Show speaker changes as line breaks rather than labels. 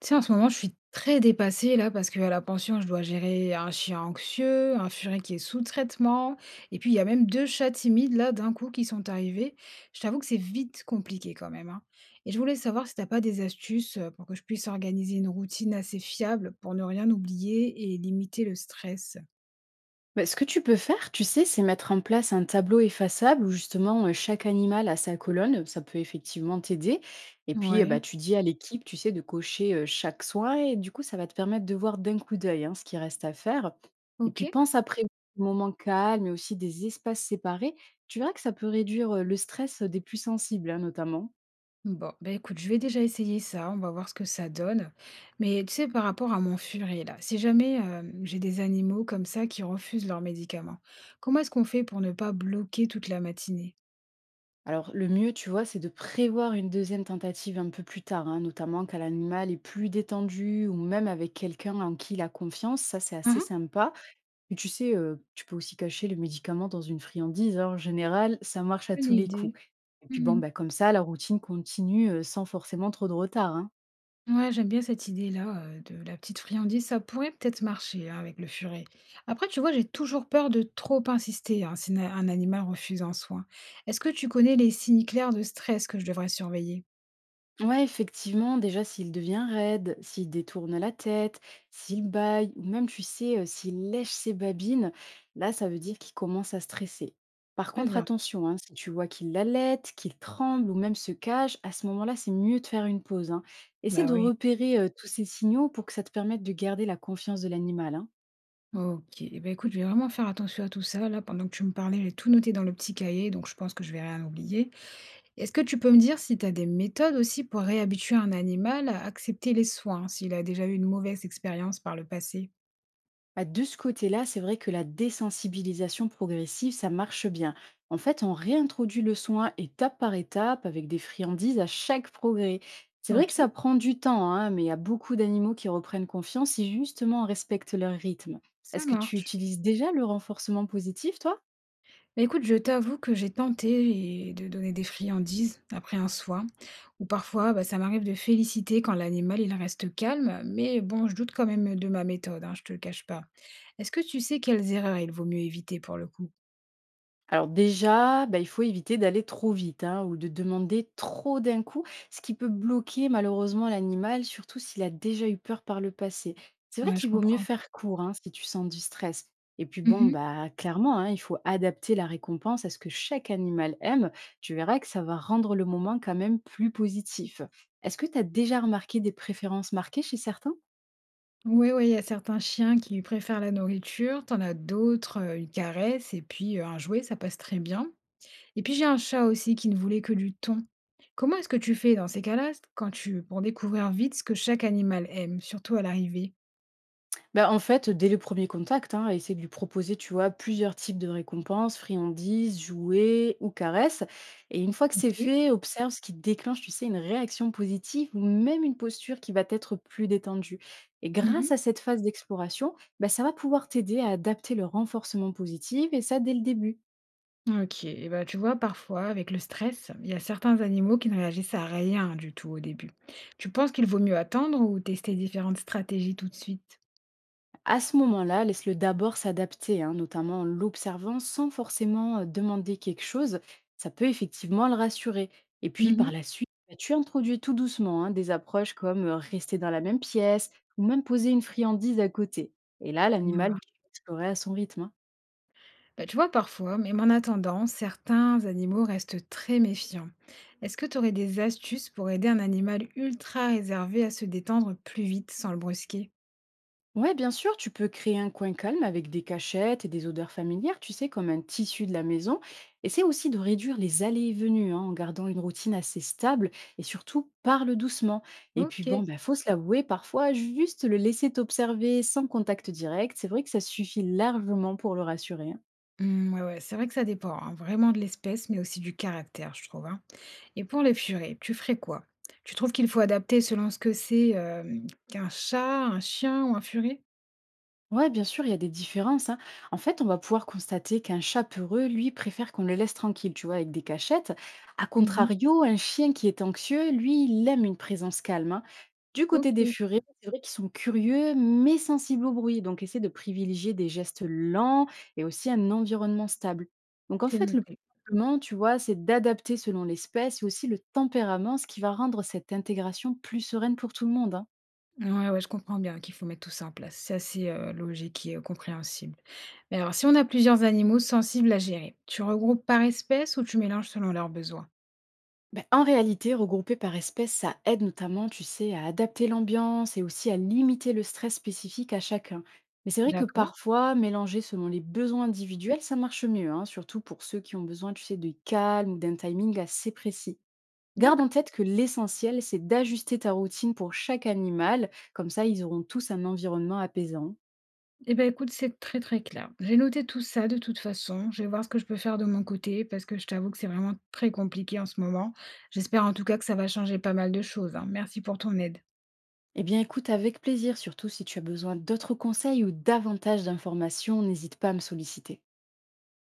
Tu sais, en ce moment, je suis très dépassée là parce qu'à la pension, je dois gérer un chien anxieux, un furet qui est sous traitement, et puis il y a même deux chats timides là d'un coup qui sont arrivés. Je t'avoue que c'est vite compliqué quand même, hein. Et je voulais savoir si t'as pas des astuces pour que je puisse organiser une routine assez fiable pour ne rien oublier et limiter le stress.
Bah, ce que tu peux faire, tu sais, c'est mettre en place un tableau effaçable où justement chaque animal a sa colonne. Ça peut effectivement t'aider. Et puis,
Ouais,
bah, tu dis à l'équipe, tu sais, de cocher chaque soin et du coup, ça va te permettre de voir d'un coup d'œil hein, ce qui reste à faire. Et
ok.
puis, pense après des moments calmes et aussi des espaces séparés. Tu verras que ça peut réduire le stress des plus sensibles, hein, notamment.
Bon, ben écoute, je vais déjà essayer ça, on va voir ce que ça donne. Mais tu sais, par rapport à mon furet, là, si jamais j'ai des animaux comme ça qui refusent leurs médicaments, comment est-ce qu'on fait pour ne pas bloquer toute la matinée?
Alors, le mieux, tu vois, c'est de prévoir une deuxième tentative un peu plus tard, hein, notamment quand l'animal est plus détendu ou même avec quelqu'un en qui il a confiance. Ça, c'est assez
Mhm.
sympa. Et tu sais, tu peux aussi cacher le médicament dans une friandise, hein. En général, ça marche à
Bonne
tous les
idée.
coups. Et puis, bon,
Mhm.
bah, comme ça, la routine continue sans forcément trop de retard, hein.
Ouais, j'aime bien cette idée-là de la petite friandise. Ça pourrait peut-être marcher, hein, avec le furet. Après, tu vois, j'ai toujours peur de trop insister, hein, si na- un animal refuse un soin. Est-ce que tu connais les signes clairs de stress que je devrais surveiller?
Ouais, effectivement, déjà s'il devient raide, s'il détourne la tête, s'il bâille, ou même, tu sais, s'il lèche ses babines, là, ça veut dire qu'il commence à stresser. Par
Très
contre,
bien.
attention, hein, si tu vois qu'il halète, qu'il tremble ou même se cache, à ce moment-là, c'est mieux de faire une pause, hein. Essaie
Bah
de
oui.
repérer tous ces signaux pour que ça te permette de garder la confiance de l'animal, hein.
OK. Eh ben, écoute, je vais vraiment faire attention à tout ça. Là, pendant que tu me parlais, j'ai tout noté dans le petit cahier, donc je pense que je vais rien oublier. Est-ce que tu peux me dire si tu as des méthodes aussi pour réhabituer un animal à accepter les soins, s'il a déjà eu une mauvaise expérience par le passé?
Bah, de ce côté-là, c'est vrai que la désensibilisation progressive, ça marche bien. En fait, on réintroduit le soin étape par étape avec des friandises à chaque progrès. C'est vrai que
OK,
ça prend du temps, hein, mais il y a beaucoup d'animaux qui reprennent confiance si justement on respecte leur rythme.
ça
Est-ce que tu
marche.
utilises déjà le renforcement positif, toi?
Bah, écoute, je t'avoue que j'ai tenté et de donner des friandises après un soin, ou parfois bah, ça m'arrive de féliciter quand l'animal il reste calme, mais bon, je doute quand même de ma méthode, hein, je te le cache pas. Est-ce que tu sais quelles erreurs il vaut mieux éviter pour le coup?
Alors déjà, bah, il faut éviter d'aller trop vite hein, ou de demander trop d'un coup, ce qui peut bloquer malheureusement l'animal, surtout s'il a déjà eu peur par le passé. C'est vrai
Ouais, je
qu'il vaut mieux
comprends.
faire court hein, si tu sens du stress. Et puis bon,
Mmh.
bah clairement, hein, il faut adapter la récompense à ce que chaque animal aime. Tu verras que ça va rendre le moment quand même plus positif. Est-ce que tu as déjà remarqué des préférences marquées chez certains?
Oui, oui, il y a certains chiens qui préfèrent la nourriture, t'en as d'autres, une caresse et puis, un jouet, ça passe très bien. Et puis j'ai un chat aussi qui ne voulait que du thon. Comment est-ce que tu fais dans ces cas-là, quand tu pour découvrir vite ce que chaque animal aime, surtout à l'arrivée?
Bah, en fait, dès le premier contact, hein, essayer de lui proposer, tu vois, plusieurs types de récompenses, friandises, jouets ou caresses. Et une fois que c'est
OK.
fait, observe ce qui déclenche, tu sais, une réaction positive ou même une posture qui va être plus détendue. Et
Mmh.
grâce à cette phase d'exploration, bah, ça va pouvoir t'aider à adapter le renforcement positif et ça dès le début.
OK et ben, tu vois, parfois, avec le stress, il y a certains animaux qui ne réagissent à rien du tout au début. Tu penses qu'il vaut mieux attendre ou tester différentes stratégies tout de suite?
À ce moment-là, laisse-le d'abord s'adapter, hein, notamment en l'observant sans forcément demander quelque chose. Ça peut effectivement le rassurer. Et puis
Mhm.
par la suite, bah, tu introduis tout doucement hein, des approches comme rester dans la même pièce ou même poser une friandise à côté. Et là,
Ça
l'animal
mh.
va explorer à son rythme, hein.
Bah, tu vois, parfois, même en attendant, certains animaux restent très méfiants. Est-ce que tu aurais des astuces pour aider un animal ultra réservé à se détendre plus vite sans le brusquer?
Ouais, bien sûr, tu peux créer un coin calme avec des cachettes et des odeurs familières, tu sais, comme un tissu de la maison. Essaie aussi de réduire les allées et venues hein, en gardant une routine assez stable et surtout parle doucement. Et puis
Ok.
bon, bah, faut se l'avouer, parfois juste le laisser t'observer sans contact direct, c'est vrai que ça suffit largement pour le rassurer, hein.
Hmm, ouais, ouais, c'est vrai que ça dépend, hein, vraiment de l'espèce, mais aussi du caractère, je trouve, hein. Et pour les furets, tu ferais quoi? Tu trouves qu'il faut adapter selon ce que c'est, qu'un chat, un chien ou un furet?
Ouais, bien sûr, il y a des différences, hein. En fait, on va pouvoir constater qu'un chat peureux, lui, préfère qu'on le laisse tranquille, tu vois, avec des cachettes. A
Mhm.
contrario, un chien qui est anxieux, lui, il aime une présence calme, hein. Du côté des
Ok,
furets, c'est vrai qu'ils sont curieux, mais sensibles au bruit, donc essaie de privilégier des gestes lents et aussi un environnement stable. Donc en
c'est
fait, le plus
noté.
simplement, tu vois, c'est d'adapter selon l'espèce et aussi le tempérament, ce qui va rendre cette intégration plus sereine pour tout le monde, hein.
Ouais, ouais, je comprends bien qu'il faut mettre tout ça en place. C'est assez logique et compréhensible. Mais alors, si on a plusieurs animaux sensibles à gérer, tu regroupes par espèce ou tu mélanges selon leurs besoins?
Ben, en réalité, regrouper par espèce, ça aide notamment, tu sais, à adapter l'ambiance et aussi à limiter le stress spécifique à chacun. Mais c'est vrai que
D'accord,
parfois, mélanger selon les besoins individuels, ça marche mieux, hein, surtout pour ceux qui ont besoin, tu sais, de calme ou d'un timing assez précis. Garde en
d'accord.
tête que l'essentiel, c'est d'ajuster ta routine pour chaque animal, comme ça, ils auront tous un environnement apaisant.
Eh bien, écoute, c'est très très clair. J'ai noté tout ça de toute façon. Je vais voir ce que je peux faire de mon côté parce que je t'avoue que c'est vraiment très compliqué en ce moment. J'espère en tout cas que ça va changer pas mal de choses, hein. Merci pour ton aide.
Eh bien, écoute avec plaisir, surtout si tu as besoin d'autres conseils ou davantage d'informations, n'hésite pas à me solliciter.